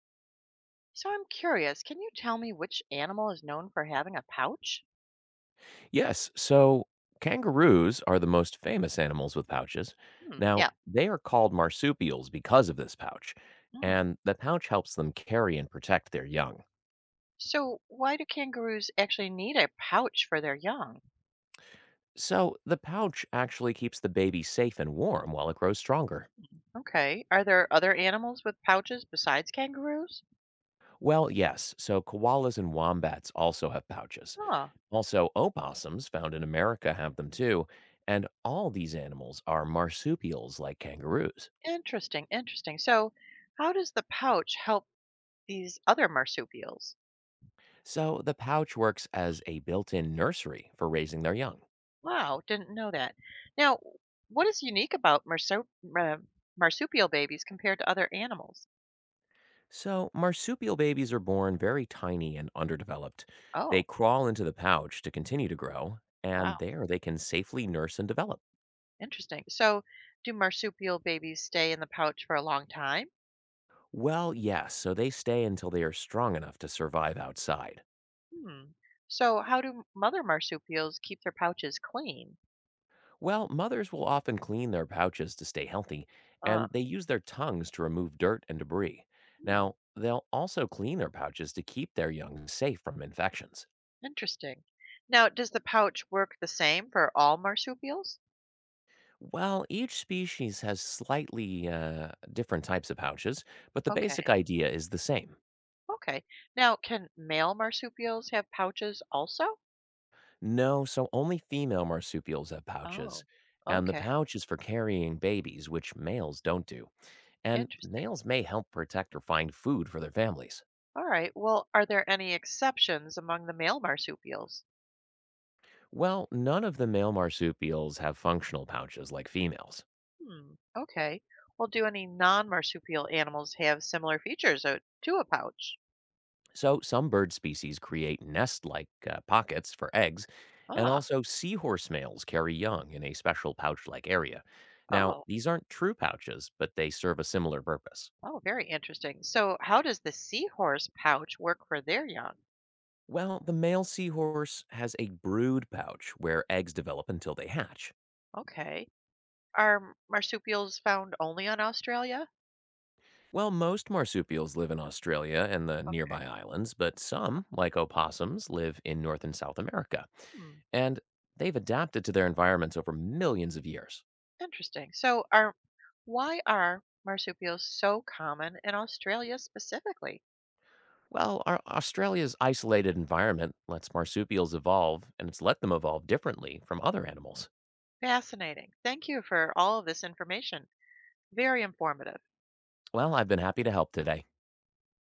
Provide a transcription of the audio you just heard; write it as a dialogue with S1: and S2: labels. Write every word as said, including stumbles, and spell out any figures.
S1: So I'm curious, can you tell me which animal is known for having a pouch?
S2: Yes. So kangaroos are the most famous animals with pouches.
S1: Hmm,
S2: Now,
S1: yeah.
S2: they are called marsupials because of this pouch,
S1: Hmm.
S2: and the pouch helps them carry and protect their young.
S1: So why do kangaroos actually need a pouch for their young?
S2: So the pouch actually keeps the baby safe and warm while it grows stronger.
S1: Okay. Are there other animals with pouches besides kangaroos?
S2: Well, yes. So koalas and wombats also have pouches.
S1: Huh.
S2: Also, opossums found in America have them too. And all these animals are marsupials like kangaroos.
S1: Interesting, interesting. So how does the pouch help these other marsupials?
S2: So the pouch works as a built in nursery for raising their young.
S1: Wow, didn't know that. Now, what is unique about marsup- uh, marsupial babies compared to other animals?
S2: So, marsupial babies are born very tiny and underdeveloped. They
S1: Oh,
S2: crawl into the pouch to continue to grow,
S1: wow.
S2: and there they can safely nurse and develop.
S1: Interesting. So, do marsupial babies stay in the pouch for a long time?
S2: Well, yes, so they stay until they are strong enough to survive outside.
S1: Hmm. So, how do mother marsupials keep their pouches clean?
S2: Well, mothers will often clean their pouches to stay healthy,
S1: Uh,
S2: and they use their tongues to remove dirt and debris.
S1: hmm.
S2: Now, they'll also clean their pouches to keep their young safe from infections.
S1: Interesting. Now, does the pouch work the same for all marsupials?
S2: Well, each species has slightly uh, different types of pouches, but the basic
S1: Okay.
S2: idea is the same.
S1: Okay. Now, can male marsupials have pouches also?
S2: No, so only female marsupials have
S1: Oh,
S2: pouches, and the
S1: okay.
S2: pouch is for carrying babies, which males don't do. And
S1: Interesting.
S2: males may help protect or find food for their families.
S1: All right. Well, are there any exceptions among the male marsupials?
S2: Well, none of the male marsupials have functional pouches like females.
S1: Hmm, okay. Well, do any non-marsupial animals have similar features uh, to a pouch?
S2: So, some bird species create nest like uh, pockets for eggs, and
S1: Ah,
S2: also seahorse males carry young in a special pouch like area. Now,
S1: oh,
S2: these aren't true pouches, but they serve a similar purpose.
S1: oh, very interesting. So, how does the seahorse pouch work for their young?
S2: Well, the male seahorse has a brood pouch where eggs develop until they hatch.
S1: Okay. Are marsupials found only on Australia?
S2: Well, most marsupials live in Australia and the nearby islands, but some, like opossums, live in North and South America.
S1: Hmm,
S2: And they've adapted to their environments over millions of years.
S1: interesting. So, are why are marsupials so common in Australia specifically?
S2: Well, Au- Australia's isolated environment lets marsupials evolve, and it's let them evolve differently from other animals.
S1: Fascinating. Thank you for all of this information. Very informative.
S2: Well, I've been happy to help today.